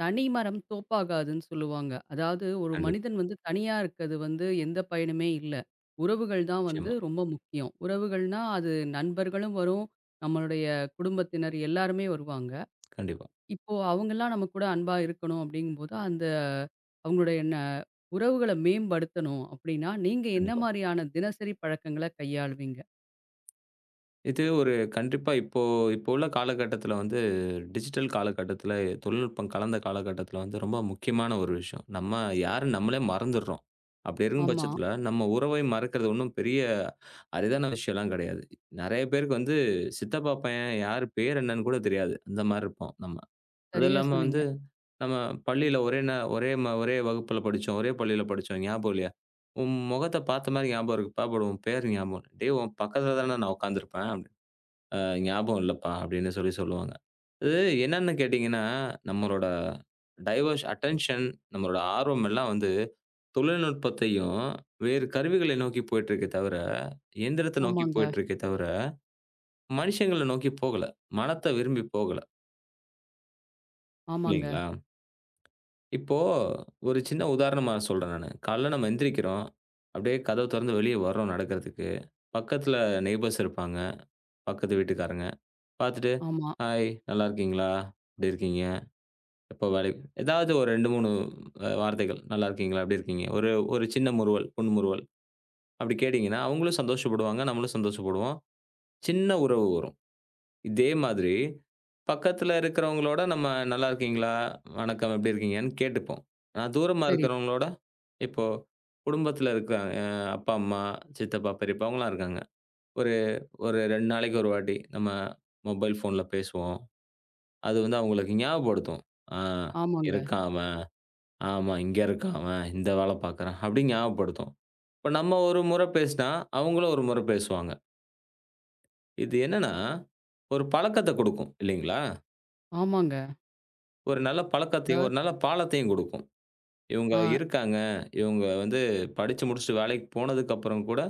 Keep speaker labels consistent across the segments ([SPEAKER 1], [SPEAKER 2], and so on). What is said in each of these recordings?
[SPEAKER 1] தனி மரம் தோப்பாகாதுன்னு சொல்லுவாங்க. அதாவது ஒரு
[SPEAKER 2] கண்டிப்பா.
[SPEAKER 1] மனிதன் வந்து தனியா இருக்கிறது வந்து எந்த பயனுமே இல்ல. உறவுகள் தான் வந்து
[SPEAKER 2] நிச்சயமா.
[SPEAKER 1] ரொம்ப முக்கியம். உறவுகள்னா அது நண்பர்களும் வரும், நம்மளுடைய குடும்பத்தினர் எல்லாருமே வருவாங்க.
[SPEAKER 2] கண்டிப்பா,
[SPEAKER 1] இப்போ அவங்கலாம் நம்ம கூட அன்பா இருக்கணும் அப்படிங்கும்போது, அந்த அவங்களுடைய உறவுகள மேம்படுத்தணும் அப்படின்னா, நீங்க என்ன
[SPEAKER 2] கண்டிப்பா.
[SPEAKER 1] மாரியான தினசரி பழக்கங்கள கையாளுவீங்க?
[SPEAKER 2] இது ஒரு கண்டிப்பா இப்போ இப்போ உள்ள காலகட்டத்தில வந்து டிஜிட்டல் காலகட்டத்தில, தொழில்நுட்பம் கலந்த காலகட்டத்தில வந்து ரொம்ப முக்கியமான ஒரு விஷயம். நம்ம யாருன்னு நம்மளே மறந்துடுறோம். அப்படி இருக்கும்
[SPEAKER 1] ஆமா.
[SPEAKER 2] பட்சத்தில, நம்ம உறவை மறக்கிறது ஒண்ணும் பெரிய அரிதான விஷயம்லாம் கிடையாது. நெறைய பேருக்கு வந்து சித்தப்பா பையன் யார் பேர் என்னன்னு கூட தெரியாது. அந்த மாரி இருப்போம் நம்ம. அதுவும்
[SPEAKER 1] சரியா
[SPEAKER 2] இல்லாம
[SPEAKER 1] சொன்னீங்க.
[SPEAKER 2] வந்து, நம்ம பள்ளியில ஒரே வகுப்புல படிச்சோம். ஒரே பள்ளியில படிச்சோம். ஞாபகம் இல்லையா? உன் முகத்த பார்த்த மாரி ஞாபகம் இருக்குப்பா. பட் உன் பேர் ஞாபகம் இல்ல. டேய்! உன் பக்கத்துல தானே நான் உட்கார்ந்திருப்பேன். அப்டின்னு. அ ஞாபகம் இல்லப்பா அப்படின்னு சொல்லி சொல்லுவாங்க. இது என்னன்னு கேட்டீங்கன்னா, நம்மளோட டைவர்ஸ் அட்டென்ஷன், நம்மளோட ஆர்வம் எல்லாம் வந்து தொழில்நுட்பத்தையும், வேறு கருவிகளை நோக்கி போயிட்டுருக்கே தவிர, இயந்திரத்த நோக்கி
[SPEAKER 1] ஆமாங்க,
[SPEAKER 2] போயிட்டுருக்கே தவிர, மனுஷங்கள நோக்கி போகல. மனத்த விரும்பி போகல.
[SPEAKER 1] ஆமாங்க,
[SPEAKER 2] இல்லைங்களா? இப்போ ஒரு சின்ன உதாரணமா சொல்றேன் நானு. காலைல நம்ம எந்திரிக்கிறோம். அப்படியே கதவ தொறந்து வெளிய வர்றோம் நடக்கிறதுக்கு. பக்கத்துல நெய்பர்ஸ் இருப்பாங்க. பக்கத்து வீட்டுக்காரங்க. பாத்துட்டு,
[SPEAKER 1] ஆமா.
[SPEAKER 2] "ஹாய் நல்லா இருக்கீங்களா? எப்படி இருக்கீங்க? எப்போ வேலைக்கு" ஏதாவது ஒரு 2, 3 வார்த்தைகள். "நல்லா இருக்கீங்களா? எப்படி இருக்கீங்க?" ஒரு ஒரு சின்ன முறுவல், புன்முறுவல் அப்படி கேட்டீங்கன்னா, அவங்களும் சந்தோஷப்படுவாங்க. நம்மளும் சந்தோஷப்படுவோம். சின்ன உறவு வரும். இதே மாதிரி பக்கத்துல இருக்கிறவங்களோட நம்ம நல்லா இருக்கீங்களா? வணக்கம் எப்படி இருக்கீங்கன்னு கேட்டுப்போம். ஆனா தூரமா
[SPEAKER 1] சரி.
[SPEAKER 2] இருக்கிறவங்களோட இப்போ குடும்பத்துல இருக்க அ அப்பா, அம்மா, சித்தப்பா, பெரியப்பா அவங்கலாம் இருக்காங்க. ஒரு ஒரு 2 நாளைக்கு ஒரு வாட்டி நம்ம மொபைல் ஃபோன்ல பேசுவோம். அது வந்து அவங்களுக்கு ஞாபகப்படுத்தும். ஆ
[SPEAKER 1] ஆமாங்க,
[SPEAKER 2] இருக்கான் அவன். ஆமா இங்க இருக்கான் அவன். இந்த வேல பார்க்குறான். அப்படி ஞாபகப்படுத்தும். இப்ப நம்ம ஒரு முறை பேசினா, அவங்களும் ஒரு முறை பேசுவாங்க. இது என்னன்னா, ஒரு பழக்கத்த குடுக்கும் இல்லைங்களா?
[SPEAKER 1] ஆமாங்க.
[SPEAKER 2] ஒரு நல்ல பழக்கத்தையும், ஒரு
[SPEAKER 1] அதாவது
[SPEAKER 2] நல்ல பாலத்தையும் குடுக்கும். இவங்க
[SPEAKER 1] ஆ,
[SPEAKER 2] இருக்காங்க. இவங்க வந்து படிச்சு முடிச்சுட்டு வேலைக்கு போனதுக்கப்புறம் கூட,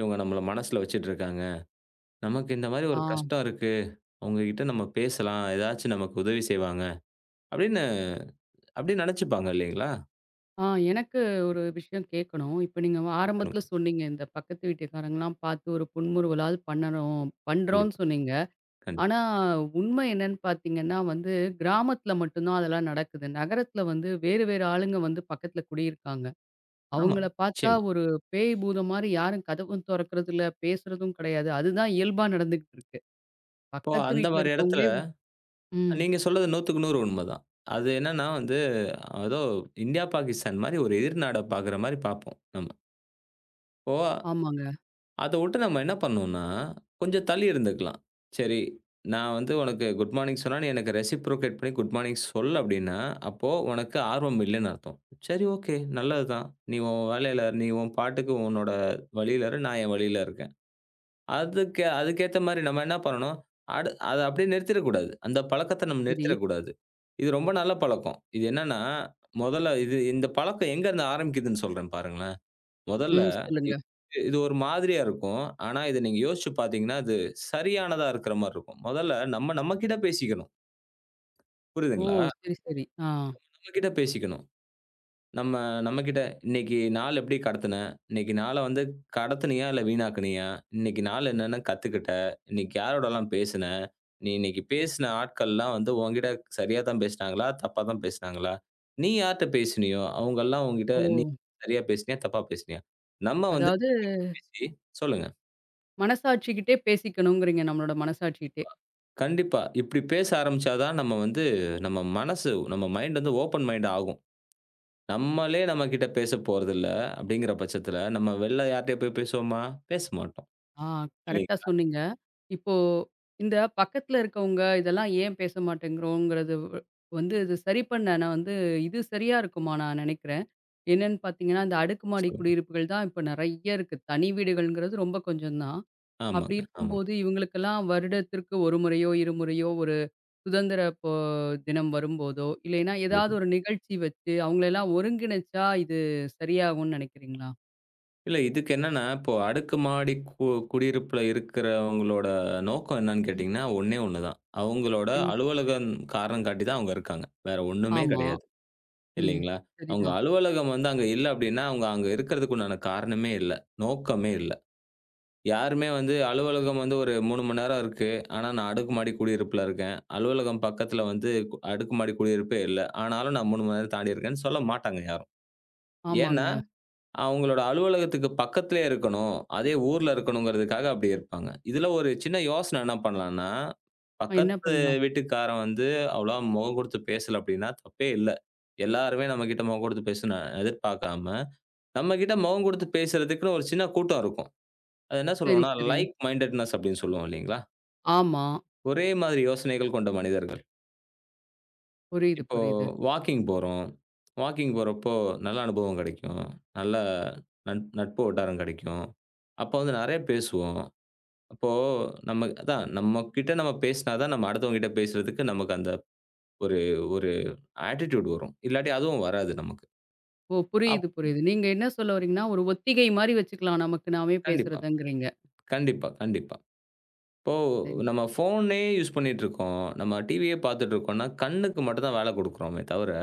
[SPEAKER 2] இவங்க நம்மள மனசுல வச்சுட்டு இருக்காங்க. நமக்கு இந்த மாரி
[SPEAKER 1] ஆ.
[SPEAKER 2] ஒரு கஷ்டம் இருக்கு. அவங்ககிட்ட நம்ம பேசலாம். ஏதாச்சும் நமக்கு உதவி செய்வாங்க. அப்படின்னு அப்படி நெனச்சுப்பாங்க இல்லைங்களா?
[SPEAKER 1] எனக்கு ஒரு விஷயம் கேட்கணும். இப்ப நீங்க ஆரம்பத்தில
[SPEAKER 2] கண்டிப்பா,
[SPEAKER 1] சொன்னீங்க, இந்த பக்கத்து வீட்டுக்காரங்கலாம் பார்த்து ஒரு புன்முறுவலாவது பண்ணணும் பண்றோம்னு
[SPEAKER 2] கண்டிப்பா.
[SPEAKER 1] சொன்னீங்க.
[SPEAKER 2] கண்டிப்பா.
[SPEAKER 1] ஆனா உண்மை என்னன்னு பார்த்தீங்கன்னா வந்து, கிராமத்தில மட்டும் தான் அதெல்லாம் நடக்குது. நகரத்தில வந்து வேறு வேறு ஆளுங்க வந்து பக்கத்தில குடியிருக்காங்க.
[SPEAKER 2] ஆமா,
[SPEAKER 1] அவங்கள பார்த்தா
[SPEAKER 2] நிச்சயமா.
[SPEAKER 1] ஒரு பேய் பூதம் மாரி யாரும் கதவும் தொறக்கறதில்ல, பேசுறதும் கிடையாது. அதுதான் இயல்பா நடந்துகிட்டு இருக்கு.
[SPEAKER 2] இப்போ
[SPEAKER 1] பக்கத்து
[SPEAKER 2] அந்த
[SPEAKER 1] வீட்ல
[SPEAKER 2] மாரி இடத்துல
[SPEAKER 1] இருக்கவங்களே ம்.
[SPEAKER 2] நீங்க சொல்றது 100க்கு 100 உண்மதான். அது என்னன்னா வந்து, ஏதோ இந்தியா, பாகிஸ்தான் மாரி ஒரு எதிர் நாட பாக்குற மாரி பாப்போம் நம்ம. இப்போ
[SPEAKER 1] ஆமாங்க.
[SPEAKER 2] அத விட்டு நம்ம என்ன பண்ணணும்னா, கொஞ்சம் தள்ளி இருந்துக்கலாம். சரி, நான் வந்து உனக்கு குட் மார்னிங் சொன்னா, நீ எனக்கு ரெசிப்ரோகேட் பண்ணி குட் மார்னிங் சொல் அப்டின்னா, அப்போ உனக்கு ஆர்வம் இல்லன்னு அர்த்தம். சரி ஓகே, நல்லது தான். நீ உன் வேலையில இரு, நீ உன் பாட்டுக்கு உன்னோட வழியில இரு, நான் என் வழியில இருக்கேன். அதுக்கு அதுக்கேத்த மாரி நம்ம என்ன பண்ணணும், அத அப்டியே நிறுத்திறக்கூடாது. அந்த பழக்கத்த நம்ம
[SPEAKER 1] சரி.
[SPEAKER 2] நிறுத்திறக்கூடாது. இது ரொம்ப நல்ல பழக்கம். இது என்னன்னா, முதல்ல இது இந்த பழக்கம் எங்கருந்து ஆரம்பிக்குதுன்னு சொல்றேன் பாருங்களேன். முதல்ல
[SPEAKER 1] ம்.
[SPEAKER 2] இ
[SPEAKER 1] சொல்லுங்க.
[SPEAKER 2] இது ஒரு மாதிரியா இருக்கும். ஆனா, இத நீங்க யோசிச்சு பார்த்தீங்கன்னா, அது சரியானதா இருக்கிற மாரி இருக்கும். முதல்ல நம்ம நம்மகிட்ட பேசிக்கணும்.
[SPEAKER 1] ஓ!
[SPEAKER 2] புரியுதுங்களா?
[SPEAKER 1] சரி, சரி. ஆ.
[SPEAKER 2] நம்மகிட்ட பேசிக்கணும். நம்ம நம்மகிட்ட "இன்னைக்கு நாள் எப்படி கடத்துன? இன்னைக்கு நாள வந்து கடத்துனியா? இல்ல வீணாக்குனியா? இன்னைக்கு நாள் என்னன்னு கத்துக்கிட்ட? இன்னைக்கு யாரோடலாம் பேசுன? நீ இன்னைக்கு பேசின ஆட்கள்லாம் வந்து உன்கிட்ட சரியா தான் பேசினாங்களா? தப்பா தான் பேசினாங்களா? நீ யார்ட்ட பேசினியோ? அவங்கலாம் உன்கிட்ட
[SPEAKER 1] ஓ!
[SPEAKER 2] நீ சரியா பேசினியா? தப்பா பேசினியா?" நம்ம வந்து
[SPEAKER 1] அதாவது
[SPEAKER 2] பேசி சொல்லுங்க.
[SPEAKER 1] மனசாட்சிகிட்டே பேசிக்கணுங்கிறீங்க. நம்மளோட மனசாட்சிகிட்டே.
[SPEAKER 2] கண்டிப்பா. இப்டி பேச ஆரம்பிச்சா தான் நம்ம வந்து நம்ம மனசு, நம்ம மைண்ட் வந்து ஓப்பன் மைண்ட் ஆகும். நம்மளே நம்மகிட்ட பேச போறதில்ல அப்டிங்கிற பட்சத்துல, நம்ம வெளில யார்ட்டயா போய் பேசுவோமா? பேச மாட்டோம்.
[SPEAKER 1] ஆ கரெக்ட்டா
[SPEAKER 2] இல்லைங்களா?
[SPEAKER 1] சொன்னீங்க. இப்போ இந்த பக்கத்துல இருக்கவங்க இதெல்லாம் ஏன் பேச மாட்டேங்கிறோங்கிறது வந்து இது சரி பண்ண நான் வந்து இது சரியா இருக்குமா நான் நெனைக்கிறேன். என்னன்னு பார்த்தீங்கன்னா, இந்த அடுக்குமாடி
[SPEAKER 2] சொல்லுங்க.
[SPEAKER 1] குடியிருப்புகள் தான் இப்ப நெறைய இருக்கு. தனி வீடுகள்ங்கிறது ரொம்ப கொஞ்சம் தான். அப்படி
[SPEAKER 2] ஆமாங்க.
[SPEAKER 1] இருக்கும்போது இவங்களுக்கெல்லாம் வருடத்திற்கு 1 முறையோ, 2 முறையோ ஒரு சுதந்திர இப்போ தினம் வரும்போதோ, இல்லைன்னா ஏதாவது
[SPEAKER 2] கண்டிப்பா.
[SPEAKER 1] ஒரு நிகழ்ச்சி வச்சு அவங்கள எல்லாம் ஒருங்கிணைச்சா இது சரியாகும்னு நெனைக்கிறீங்களா?
[SPEAKER 2] இல்ல இதுக்கு என்னன்னா, இப்போ அடுக்குமாடி குடியிருப்புல இருக்கிறவங்களோட நோக்கம் என்னன்னு
[SPEAKER 1] ம்.
[SPEAKER 2] கேட்டீங்கன்னா, ஒண்ணே ஒண்ணு தான். அவங்களோட
[SPEAKER 1] என்ன
[SPEAKER 2] அலுவலகம் காரணம் காட்டி தான் அவங்க இருக்காங்க. வேற ஒண்ணுமே
[SPEAKER 1] ஆமா.
[SPEAKER 2] கிடையாது.
[SPEAKER 1] ம்.
[SPEAKER 2] இல்லைங்களா? அவங்க
[SPEAKER 1] சரிதான்.
[SPEAKER 2] அலுவலகம் வந்து அங்க இல்ல அப்டின்னா, அவங்க அங்க இருக்கிறதுக்கு உண்டான காரணமே இல்ல. நோக்கமே இல்ல. யாருமே வந்து அலுவலகம் வந்து ஒரு 3 மணி நேரம் இருக்கு. ஆனா, நான் அடுக்குமாடி குடியிருப்புல இருக்கேன். அலுவலகம் பக்கத்துல வந்து அடுக்குமாடி குடியிருப்பே இல்ல. ஆனாலும் நான் 3 மணி நேரம் தாண்டி இருக்கேன்னு சொல்ல மாட்டாங்க யாரும். ஏன்னா,
[SPEAKER 1] ஆமாங்க.
[SPEAKER 2] அவங்களோட அலுவலகத்துக்கு பக்கத்திலேயே இருக்கணும். அதே ஊர்ல இருக்கணுங்கிறதுக்காக அப்படி இருப்பாங்க. இதுல ஒரு சின்ன யோசனை என்ன பண்ணலாம்ன்னா,
[SPEAKER 1] என்ன
[SPEAKER 2] பக்கத்து
[SPEAKER 1] பண்ணலாம்?
[SPEAKER 2] வீட்டுக்காரன் வந்து அவ்வளவா முகம் குடுத்து பேசல அப்படின்னா தப்பே இல்ல. எல்லாருமே நம்மகிட்ட முகம் குடுத்து பேசணும்னு எதிர்பார்க்காம, நம்மகிட்ட முகம் குடுத்து பேசுறதுக்குன்னு ஒரு சின்ன கூட்டம் இருக்கும். அது என்ன
[SPEAKER 1] சரி,
[SPEAKER 2] சொல்லுவோம்னா,
[SPEAKER 1] சரி.
[SPEAKER 2] லைக் மைண்டட்னெஸ் அப்படின்னு சொல்லுவோம் இல்லைங்களா?
[SPEAKER 1] ஆமா.
[SPEAKER 2] ஒரே மாதிரி யோசனைகள் கொண்ட மனிதர்கள்.
[SPEAKER 1] புரியுது,
[SPEAKER 2] இப்போ
[SPEAKER 1] புரியுது.
[SPEAKER 2] வாக்கிங் போறோம். வாக்கிங் போறப்போ நல்ல அனுபவம் கிடைக்கும். நல்ல நட்பு வட்டாரம் கிடைக்கும். அப்போ வந்து நெறைய பேசுவோம். அப்போ நம்ம அதான் நம்மகிட்ட நம்ம பேசினா தான் நம்ம அடுத்தவங்ககிட்ட பேசுறதுக்கு நமக்கு அந்த ஒரு ஒரு ஆட்டிட்யூட் வரும். இல்லாட்டி அதுவும் வராது நமக்கு.
[SPEAKER 1] ஓ! புரியுது,
[SPEAKER 2] அப்
[SPEAKER 1] புரியுது. நீங்க என்ன சொல்ல வரீங்கன்னா, ஒரு ஒத்திகை மாரி வச்சுக்கலாம். நமக்கு நாமே
[SPEAKER 2] கண்டிப்பா,
[SPEAKER 1] பேசுறதுங்கிறீங்க.
[SPEAKER 2] கண்டிப்பா. இப்போ
[SPEAKER 1] சரி.
[SPEAKER 2] நம்ம ஃபோனே யூஸ் பண்ணிட்டு இருக்கோம். நம்ம டிவியே பார்த்துட்டு இருக்கோம்னா, கண்ணுக்கு மட்டும் தான் வேலை குடுக்குறோமே தவிர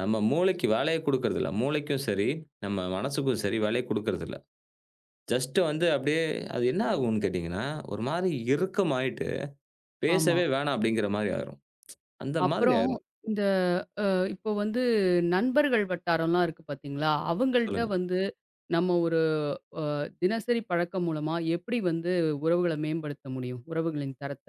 [SPEAKER 2] நம்ம மூளைக்கு வேலைய குடுக்குறதில்ல. மூளைக்கும் சரி, நம்ம மனசுக்கும் சரி வேலைய குடுக்குறதில்ல. ஜஸ்ட் வந்து அப்படியே அது என்ன ஆகும்ன்னு கேட்டீங்கன்னா, ஒரு மாரி இறுக்கமாயிட்டு,
[SPEAKER 1] ஆமா.
[SPEAKER 2] பேசவே வேணாம் அப்படிங்கிற மாரி ஆயிரும். அந்த மாதிரி
[SPEAKER 1] அப்புறம்
[SPEAKER 2] ஆயிரும்.
[SPEAKER 1] இந்த இப்போ வந்து நண்பர்கள் வட்டாரம்லாம் இருக்கு பார்த்தீங்களா? அவங்கள்ட்ட
[SPEAKER 2] சொல்லுங்க.
[SPEAKER 1] வந்து நம்ம ஒரு அ தினசரி பழக்கம் மூலமா எப்படி வந்து உறவுகள மேம்படுத்த முடியும்? உறவுகளின் தரத்த.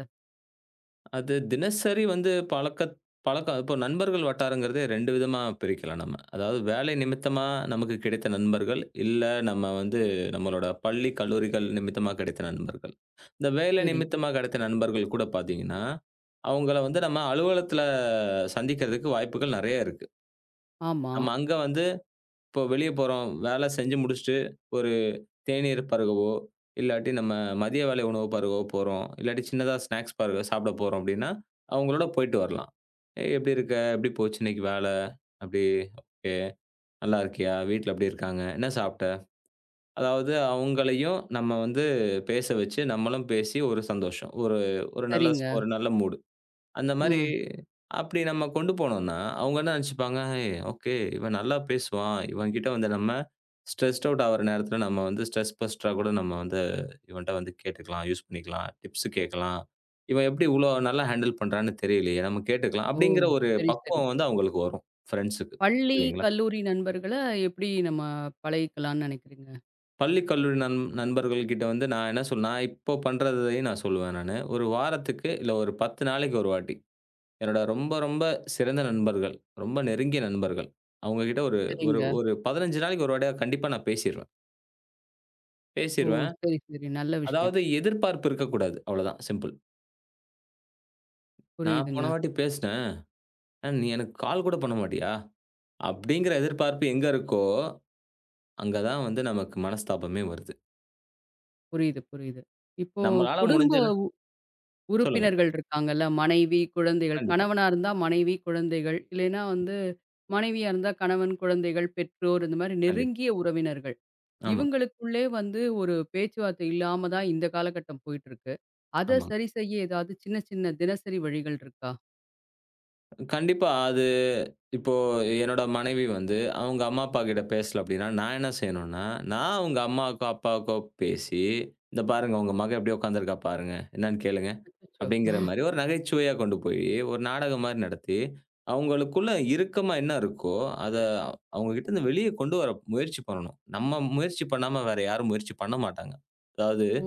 [SPEAKER 2] அது தினசரி வந்து பழக்கம் இப்போ நண்பர்கள் வட்டாரங்கிறதே 2 விதமா பிரிக்கலாம் நம்ம. அதாவது வேலை நிமித்தமா நமக்கு கிடைத்த நண்பர்கள், இல்ல நம்ம வந்து நம்மளோட பள்ளி, கல்லூரிகள் நிமித்தமா கிடைத்த நண்பர்கள். இந்த வேலை
[SPEAKER 1] சரி.
[SPEAKER 2] நிமித்தமா கிடைத்த நண்பர்கள் கூட பார்த்தீங்கன்னா, அவங்கள வந்து நம்ம அலுவலகத்தில சந்திக்கிறதுக்கு வாய்ப்புகள் நெறைய இருக்கு.
[SPEAKER 1] ஆமா.
[SPEAKER 2] நம்ம அங்க வந்து இப்போ வெளிய போறோம். வேலை செஞ்சு முடிச்சுட்டு, ஒரு தேநீர் பருகவோ, இல்லாட்டி நம்ம மதிய வேலை உணவு பருகவோ போறோம். இல்லாட்டி சின்னதா ஸ்நாக்ஸ் பருக சாப்பிட போறோம் அப்டின்னா, அவங்களோட போயிட்டு வரலாம். "ஏய் எப்டி இருக்க? எப்டி போச்சு இன்னைக்கு வேல? அப்டி ஓகே. நல்லா இருக்கியா? வீட்ல எப்டி இருக்காங்க? என்ன சாப்ட்ட?" அதாவது அவங்களையும் நம்ம வந்து பேச வச்சு, நம்மளும் பேசி ஒரு சந்தோஷம். ஒரு ஒரு நல்ல
[SPEAKER 1] சரிங்க.
[SPEAKER 2] ஒரு நல்ல மூடு. அந்த மாரி
[SPEAKER 1] ம்.
[SPEAKER 2] அப்படி நம்ம கொண்டு போனோம்னா, அவங்க என்ன நெனச்சுப்பாங்க, "ஏய் ஓகே, இவன் நல்லா பேசுவான். இவன்கிட்ட வந்து நம்ம ஸ்ட்ரெஸ்ட் அவுட் ஆகுற நேரத்தில நம்ம வந்து ஸ்ட்ரெஸ் பஸ்டரா கூட நம்ம வந்து இவன்ட்ட வந்து கேட்டுக்கலாம், யூஸ் பண்ணிக்கலாம். டிப்ஸ் கேட்கலாம். இவன் எப்படி இவ்வளோ நல்லா ஹேண்டில் பண்றான்னு தெரியலையே! நம்ம கேட்டுக்கலாம்."
[SPEAKER 1] ஓ!
[SPEAKER 2] அப்படிங்கிற ஒரு
[SPEAKER 1] சரி, சரி.
[SPEAKER 2] பக்குவம் வந்து அவங்களுக்கு வரும், ஃப்ரெண்ட்ஸுக்கு.
[SPEAKER 1] பள்ளி,
[SPEAKER 2] இல்லைங்களா?
[SPEAKER 1] கல்லூரி நண்பர்கள எப்படி நம்ம பழகிக்கலாம்னு நினைக்கிறீங்க?
[SPEAKER 2] பள்ளி, கல்லூரி நண்பர்கள் கிட்ட வந்து நான் இப்போ பண்றதையும் நான் சொல்லுவேன் நானு. ஒரு வாரத்துக்கு இல்ல ஒரு 10 நாளைக்கு ஒரு வாட்டி. என்னோட ரொம்ப, ரொம்ப சிறந்த நண்பர்கள். ரொம்ப நெருங்கிய நண்பர்கள். அவங்க கிட்ட ஒரு ஒரு
[SPEAKER 1] சரிங்க.
[SPEAKER 2] ஒரு 15 நாளைக்கு ஒரு வாட்டியா கண்டிப்பா நான் பேசிருவேன்.
[SPEAKER 1] ஓ!
[SPEAKER 2] பேசிருவேன்.
[SPEAKER 1] சரி, சரி. நல்ல விஷயம்.
[SPEAKER 2] அதாவது எதிர்பார்ப்பு இருக்கக்கூடாது. அவ்வளோதான் சிம்பிள். நான் போன
[SPEAKER 1] புரியுதுங்க.
[SPEAKER 2] வாட்டி பேசினேன். நீ எனக்கு கால் கூட பண்ண மாட்டியா?" அப்படிங்கிற எதிர்பார்ப்பு எங்க இருக்கோ, அங்க தான் வந்து நமக்கு மனஸ்தாபமே வருது.
[SPEAKER 1] புரியுது, புரியுது. இப்போ
[SPEAKER 2] நம்மளால
[SPEAKER 1] குடும்ப
[SPEAKER 2] முடிஞ்சது சொல்லுங்க.
[SPEAKER 1] உறுப்பினர்கள் இருக்காங்கல்ல, மனைவி, குழந்தைகள்.
[SPEAKER 2] கண்டிப்பா,
[SPEAKER 1] கணவனா இருந்தா மனைவி, குழந்தைகள். இல்லைன்னா வந்து மனைவியா இருந்தா கணவன், குழந்தைகள், பெற்றோர் இந்த மாரி
[SPEAKER 2] கண்டிப்பா.
[SPEAKER 1] நெருங்கிய உறவினர்கள்.
[SPEAKER 2] ஆமாங்க,
[SPEAKER 1] இவங்களுக்குள்ளே வந்து ஒரு பேச்சுவார்த்தை இல்லாம தான் இந்த காலகட்டம் போயிட்டுருக்கு. அத
[SPEAKER 2] ஆமாங்க.
[SPEAKER 1] சரி செய்ய ஏதாவது சின்ன, சின்ன தினசரி வழிகள் இருக்கா?
[SPEAKER 2] கண்டிப்பா. அது இப்போ என்னோட மனைவி வந்து, அவங்க அம்மா, அப்பா கிட்ட பேசல அப்டின்னா, நான் என்ன செய்யணும்னா, நான் அவங்க அம்மாவுக்கோ, அப்பாவுக்கோ பேசி, "இந்த பாருங்க உங்க மகன் எப்டி உட்கார்ந்திருக்கா பாருங்க. என்னன்னு கேளுங்க."
[SPEAKER 1] அச்சச்சோ!
[SPEAKER 2] அப்டிங்கிற மாரி ஒரு நகைச்சுவையா கொண்டு போயி, ஒரு நாடகம் மாரி நடத்தி, அவங்களுக்குள்ள இறுக்கமா என்ன இருக்கோ, அத அவங்க கிட்ட இருந்து வெளிய கொண்டு வர முயற்சி பண்ணணும். நம்ம முயற்சி பண்ணாம வேற யாரும் முயற்சி பண்ண மாட்டாங்க. அதாவது
[SPEAKER 1] ஓ!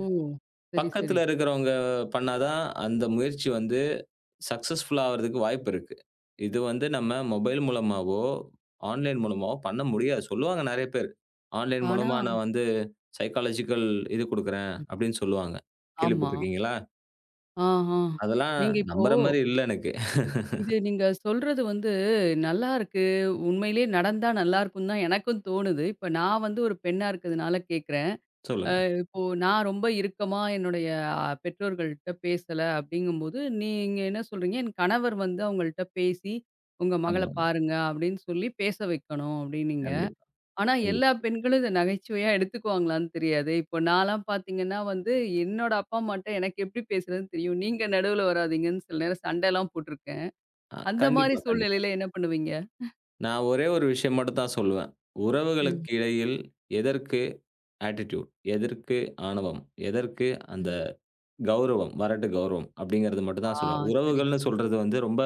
[SPEAKER 1] சரி, சரி.
[SPEAKER 2] பக்கத்துல இருக்கிறவங்க பண்ணாதான், அந்த முயற்சி வந்து சக்சஸ்ஃபுல் ஆவறதுக்கு வாய்ப்பு இருக்கு. இது வந்து நம்ம மொபைல் மூலமாவோ, ஆன்லைன் மூலமாவோ பண்ண முடியாது. சொல்லுவாங்க நெறைய பேர். ஆன்லைன்
[SPEAKER 1] ஆனா
[SPEAKER 2] மூலமா நான் வந்து சைக்காலஜிக்கல் இது குடுக்குறேன்
[SPEAKER 1] ம்.
[SPEAKER 2] அப்படின்னு சொல்லுவாங்க.
[SPEAKER 1] ஆமா.
[SPEAKER 2] கேள்விப்பட்டுருக்கீங்களா?
[SPEAKER 1] ஆ, ஆ.
[SPEAKER 2] அதெல்லாம்
[SPEAKER 1] நீங்க இப்போ
[SPEAKER 2] நம்புற மாரி இல்ல எனக்கு.
[SPEAKER 1] இது நீங்க சொல்றது வந்து நல்லாருக்கு. உண்மையிலேயே நடந்தா நல்லாருக்குன்னு தான் எனக்கும் தோணுது. இப்ப நான் வந்து ஒரு பெண்ணா இருக்கிறதுனால கேட்கிறேன்.
[SPEAKER 2] சொல்லுங்க.
[SPEAKER 1] இப்போ நான் ரொம்ப இறுக்கமா என்னுடைய பெற்றோர்கள்ட்ட பேசல அப்படிங்கும்போது, நீங்க என்ன சொல்றீங்க, என் கணவர் வந்து அவங்கள்ட்ட பேசி, "உங்க மகள
[SPEAKER 2] ஆமாங்க.
[SPEAKER 1] பாருங்க" அப்படின்னு சொல்லி பேச வைக்கணும் அப்படின்னீங்க.
[SPEAKER 2] கண்டிப்பா,
[SPEAKER 1] ஆனா, எல்லா
[SPEAKER 2] கண்டிப்பா.
[SPEAKER 1] பெண்களும் இத நகைச்சுவையா எடுத்துக்குவாங்களான்னு தெரியாது. இப்போ நான்லாம் பார்த்தீங்கன்னா வந்து, என்னோட அப்பா அம்மாட்ட எனக்கு எப்படி பேசுறதுன்னு தெரியும். நீங்க நடுவுல வராதீங்கன்னு சில நேரம் சண்டைலாம் போட்டுருக்கேன். அந்த மாரி
[SPEAKER 2] கண்டிப்பா.
[SPEAKER 1] சூழ்நிலையில என்ன பண்ணுவீங்க?
[SPEAKER 2] நான் ஒரே ஒரு விஷயம் மட்டும் தான் சொல்லுவேன்.
[SPEAKER 1] ம்.
[SPEAKER 2] உறவுகளுக்கு இடையில் எதற்கு ஆட்டிட்யூட்? எதற்கு ஆணவம்? எதற்கு அந்த
[SPEAKER 1] ம்.
[SPEAKER 2] கௌரவம். "வரட்டு கௌரவம்" அப்படிங்கிறது மட்டும்
[SPEAKER 1] ஆ
[SPEAKER 2] தான் சொல்லலாம்.
[SPEAKER 1] சரி,
[SPEAKER 2] உறவுகள்னு
[SPEAKER 1] சரி.
[SPEAKER 2] சொல்றது வந்து ரொம்ப,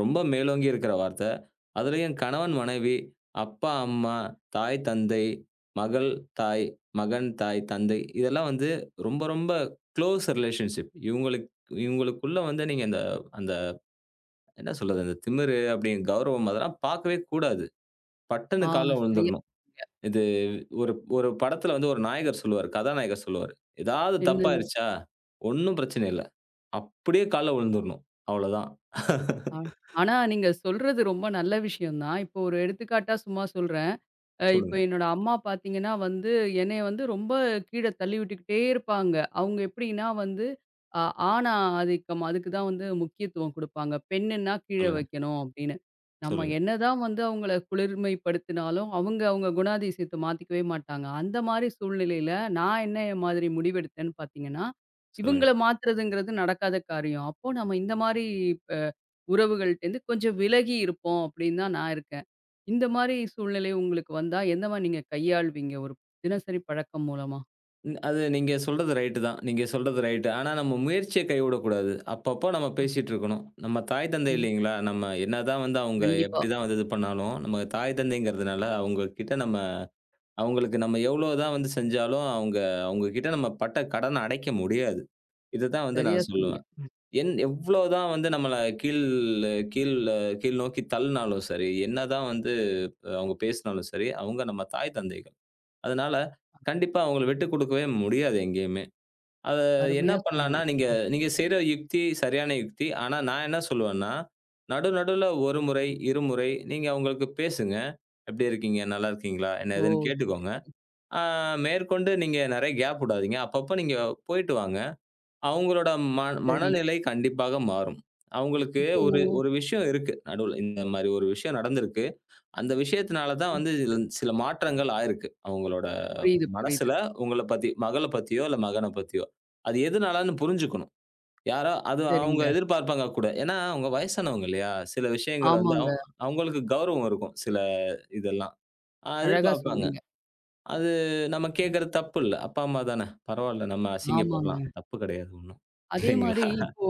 [SPEAKER 2] ரொம்ப மேலோங்கி இருக்கிற வார்த்தை. அதுலயும் கணவன், மனைவி, அப்பா, அம்மா, தாய், தந்தை, மகள், தாய், மகன், தாய், தந்தை இதெல்லாம் வந்து ரொம்ப, ரொம்ப க்ளோஸ் ரிலேஷன்ஷிப். இவங்களுக்கு இவங்களுக்குள்ள வந்து நீங்க இந்த அந்த என்ன சொல்றது? அந்த திமிரு அப்படிங்க கௌரவம் அதெல்லாம் பார்க்கவே கூடாது.
[SPEAKER 1] ஆ
[SPEAKER 2] பட்டுன்னு கால்ல
[SPEAKER 1] சரியா
[SPEAKER 2] விழுந்துரணும்.
[SPEAKER 1] சொன்னீங்க.
[SPEAKER 2] இது ஒரு ஒரு படத்துல வந்து ஒரு நாயகர் சொல்லுவாரு, கதாநாயகர் சொல்லுவாரு. "ஏதாவது
[SPEAKER 1] என்ன
[SPEAKER 2] தப்பாயிருச்சா? ஒண்ணும் பிரச்சனை இல்ல. அப்படியே கால்ல விழுந்துரணும். அவ்வளோதான்.
[SPEAKER 1] ஆ ஆனா, நீங்க சொல்றது ரொம்ப நல்ல விஷயம் தான். இப்போ ஒரு எடுத்துக்காட்டா சும்மா சொல்றேன். இப்ப
[SPEAKER 2] சொல்லுங்க,
[SPEAKER 1] என்னோட அம்மா பார்த்தீங்கன்னா வந்து, என்னைய வந்து ரொம்ப கீழ தள்ளி விட்டுக்கிட்டே இருப்பாங்க. அவங்க எப்படின்னா வந்து, அ ஆண் ஆதிக்கம் அதுக்கு தான் வந்து முக்கியத்துவம் குடுப்பாங்க. பெண்ணுன்னா கீழ
[SPEAKER 2] சொல்லுங்க,
[SPEAKER 1] வைக்கணும் அப்படின்னு. நம்ம
[SPEAKER 2] சொல்லுங்க,
[SPEAKER 1] என்னதான் வந்து அவங்கள குளிர்மைப்படுத்தினாலும், அவங்க அவங்க குணாதிசயத்த மாத்திக்கவே மாட்டாங்க. அந்த மாரி சூழ்நிலையில நான் என்ன மாதிரி முடிவெடுத்தேன்னு பார்த்தீங்கன்னா,
[SPEAKER 2] சொல்லுங்க.
[SPEAKER 1] இவங்கள மாத்துறதுங்கிறது நடக்காத காரியம். அப்போ நம்ம இந்த மாரி ப உறவுகள்ட்டேருந்து கொஞ்சம் விலகி இருப்போம் அப்படின்னு தான் நான் இருக்கேன். இந்த மாரி சூழ்நிலை உங்களுக்கு வந்தா, எந்த மாரி நீங்க கையாள்வீங்க? ஒரு தினசரி பழக்கம் மூலமா?
[SPEAKER 2] ம். அது நீங்க சொல்றது ரைட்டு தான். நீங்க சொல்றது ரைட்டு. ஆனா நம்ம முயற்சிய கைவிடக்கூடாது. அப்பப்போ நம்ம
[SPEAKER 1] ம்.
[SPEAKER 2] பேசிட்டு இருக்கணும். நம்ம தாய் தந்தை
[SPEAKER 1] ம்.
[SPEAKER 2] இல்லைங்களா? நம்ம என்னதான் வந்து அவங்க
[SPEAKER 1] கண்டிப்பா.
[SPEAKER 2] எப்படிதான் வந்து இது பண்ணாலும், நம்ம தாய் தந்தைங்கிறதுனால அவங்க கிட்ட நம்ம அவங்களுக்கு நம்ம எவ்வளோதான் வந்து செஞ்சாலும், அவங்க அவங்க கிட்ட நம்ம பட்ட கடன அடைக்க முடியாது. இத தான் வந்து
[SPEAKER 1] சரியா
[SPEAKER 2] நான்
[SPEAKER 1] சொன்னீங்க.
[SPEAKER 2] சொல்லுவேன். என் எவ்வளோதான் வந்து நம்மள கீழ் கீழ் கீழ் நோக்கி தள்ளினாலும் சரி, என்னதான் வந்து அவங்க பேசினாலும் சரி, அவங்க நம்ம தாய் தந்தைகள். அதனால கண்டிப்பா அவங்கள விட்டு குடுக்கவே முடியாது எங்கேயுமே. அத என்ன
[SPEAKER 1] அருமையா சொன்னீங்க.
[SPEAKER 2] பண்ணலாம்னா, நீங்க
[SPEAKER 1] ம்.
[SPEAKER 2] நீங்க செய்ற யுக்தி சரியான யுக்தி. ஆனா நான் என்ன சொல்லுவேன்னா, நடு நடுவுல 1 முறை, 2 முறை நீங்க அவங்களுக்கு பேசுங்க. "எப்படி இருக்கீங்க? நல்லா இருக்கீங்களா?" என்ன
[SPEAKER 1] ஓ!
[SPEAKER 2] ஏதுன்னு
[SPEAKER 1] சரி,
[SPEAKER 2] கேட்டுக்கோங்க.
[SPEAKER 1] சரி.
[SPEAKER 2] ஆ மேற்கொண்டு நீங்க நெறைய கேப் விடாதீங்க. அப்பப்போ நீங்க போயிட்டு வாங்க. அவங்களோட ம
[SPEAKER 1] சரி.
[SPEAKER 2] மனநிலை கண்டிப்பாக மாறும். அவங்களுக்கு
[SPEAKER 1] இப்போ
[SPEAKER 2] ஒரு ஒரு விஷயம் இருக்கு. நடுவுல இந்த மாரி ஒரு விஷயம் நடந்திருக்கு. அந்த விஷயத்தினால தான் வந்து இதுல சில மாற்றங்கள் ஆயிருக்கு. அவங்களோட
[SPEAKER 1] புரியுது, புரியுது.
[SPEAKER 2] மனசுல உங்கள பத்தி மகள பத்தியோ, இல்ல மகன பத்தியோ. அது எதுனாலன்னு புரிஞ்சுக்கணும். யாரோ அது அவங்க
[SPEAKER 1] சரிங்க.
[SPEAKER 2] எதிர்பார்ப்பாங்க கூட. ஏன்னா அவங்க வயசானவங்க இல்லையா? சில விஷயங்கள் வந்து
[SPEAKER 1] ஆமாங்க.
[SPEAKER 2] அவங்களுக்கு கௌரவம் இருக்கும். சில இதெல்லாம்.
[SPEAKER 1] அழகா
[SPEAKER 2] எதிர்பார்ப்பாங்க.
[SPEAKER 1] சொன்னீங்க.
[SPEAKER 2] அது நம்ம
[SPEAKER 1] ம்.
[SPEAKER 2] கேட்கறது தப்பு இல்ல. அப்பா, அம்மா தானே! பரவால்ல நம்ம
[SPEAKER 1] ஆமாங்க.
[SPEAKER 2] அசிங்கப்படலாம். தப்பு கிடையாது ஒண்ணும்.
[SPEAKER 1] அதே
[SPEAKER 2] இல்லைங்களா?
[SPEAKER 1] மாரி இப்போ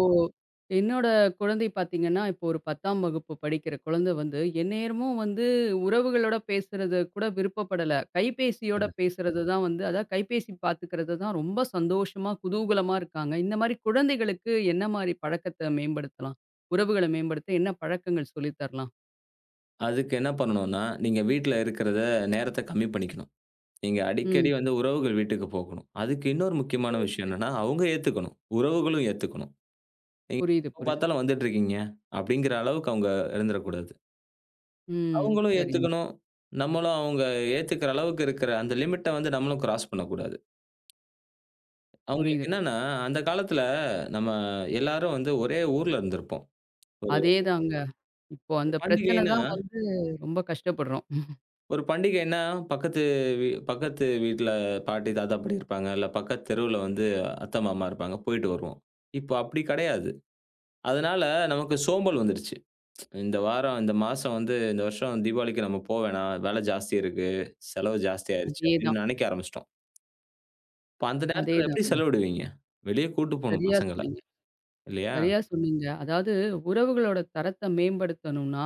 [SPEAKER 1] என்னோட குழந்தை பார்த்தீங்கன்னா, இப்போ ஒரு 10ஆம் வகுப்பு படிக்கிற குழந்தை வந்து, எந்நேரமும் வந்து உறவுகளோட பேசுறது கூட விருப்பப்படல. கைபேசியோட பேசுறது தான் வந்து அதாவது கைபேசி பார்த்துக்கிறது தான் ரொம்ப சந்தோஷமா, குதூகலமா இருக்காங்க. இந்த மாரி குழந்தைகளுக்கு என்ன மாரி பழக்கத்த மேம்படுத்தலாம்? உறவுகள மேம்படுத்த என்ன பழக்கங்கள் சொல்லி தரலாம்?
[SPEAKER 2] அதுக்கு என்ன பண்ணணும்னா, நீங்க வீட்ல இருக்கிறத நேரத்த கம்மி பண்ணிக்கணும். நீங்க
[SPEAKER 1] ம்.
[SPEAKER 2] அடிக்கடி வந்து உறவுகள் வீட்டுக்கு போகணும். அதுக்கு இன்னொரு
[SPEAKER 1] ஓ!
[SPEAKER 2] முக்கியமான விஷயம்
[SPEAKER 1] சரி.
[SPEAKER 2] என்னன்னா, அவங்க ஏத்துக்கணும். உறவுகளும் ஏத்துக்கணும். நீங்க
[SPEAKER 1] புரியுது,
[SPEAKER 2] எப்ப
[SPEAKER 1] புரியுது.
[SPEAKER 2] பார்த்தாலும் வந்துட்டுருக்கீங்க, அப்படிங்கிற அளவுக்கு அவங்க இருந்துறக்கூடாது.
[SPEAKER 1] ம்.
[SPEAKER 2] அவங்களும்
[SPEAKER 1] சரிங்க.
[SPEAKER 2] ஏத்துக்கணும். நம்மளும் அவங்க ஏத்துக்கிற அளவுக்கு இருக்கிற அந்த லிமிட்ட வந்து நம்மளும் கிராஸ் பண்ணக்கூடாது.
[SPEAKER 1] புரியுது.
[SPEAKER 2] அவங்களுக்கு என்னன்னா, அந்த காலத்துல நம்ம எல்லாரும் வந்து ஒரே ஊர்ல இருந்திருப்போம். ஒரு
[SPEAKER 1] அதேதாங்க. இப்போ அந்த பிரச்சன தான்
[SPEAKER 2] பண்டிகைன்னா
[SPEAKER 1] வந்து ரொம்ப கஷ்டப்படுறோம்.
[SPEAKER 2] ஒரு பண்டிகைன்னா, பக்கத்து பக்கத்து வீட்ல பாட்டி, தாத்தா, பாட்டி இருப்பாங்க. இல்ல பக்கத்து தெருவுல வந்து அத்தை, மாமா இருப்பாங்க. போயிட்டு வருவோம். இப்போ அப்படி கிடையாது. அதனால நமக்கு சோம்பல் வந்துருச்சு. இந்த வாரம், இந்த மாசம் வந்து இந்த வருஷம் தீபாவளிக்கு நம்ம போ வேணாம். வேலை ஜாஸ்தி இருக்கு. செலவு ஜாஸ்தி ஆயிருச்சு
[SPEAKER 1] அதேதான்,
[SPEAKER 2] அப்படின்னு நினைக்க ஆரம்பிச்சுட்டோம். இப்ப அந்த நேரத்துல எப்படி
[SPEAKER 1] அதேதாங்க.
[SPEAKER 2] செலவிடுவீங்க? வெளிய கூட்டு போணும்
[SPEAKER 1] சரியா
[SPEAKER 2] பசங்கள.
[SPEAKER 1] சொன்னீங்க,
[SPEAKER 2] இல்லையா?
[SPEAKER 1] சரியா சொன்னீங்க. அதாவது உறவுகளோட தரத்த மேம்படுத்தணும்னா,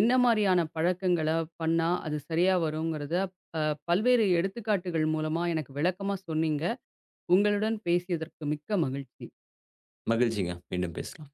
[SPEAKER 1] என்ன மாரியான பழக்கங்கள பண்ணா அது சரியா வருங்கிறத, அ பல்வேறு எடுத்துக்காட்டுகள் மூலமா எனக்கு விளக்கமா சொன்னீங்க. உங்களுடன் பேசியதற்கு மிக்க மகிழ்ச்சி.
[SPEAKER 2] மகிழ்ச்சிங்க. மீண்டும் பேசலாம்.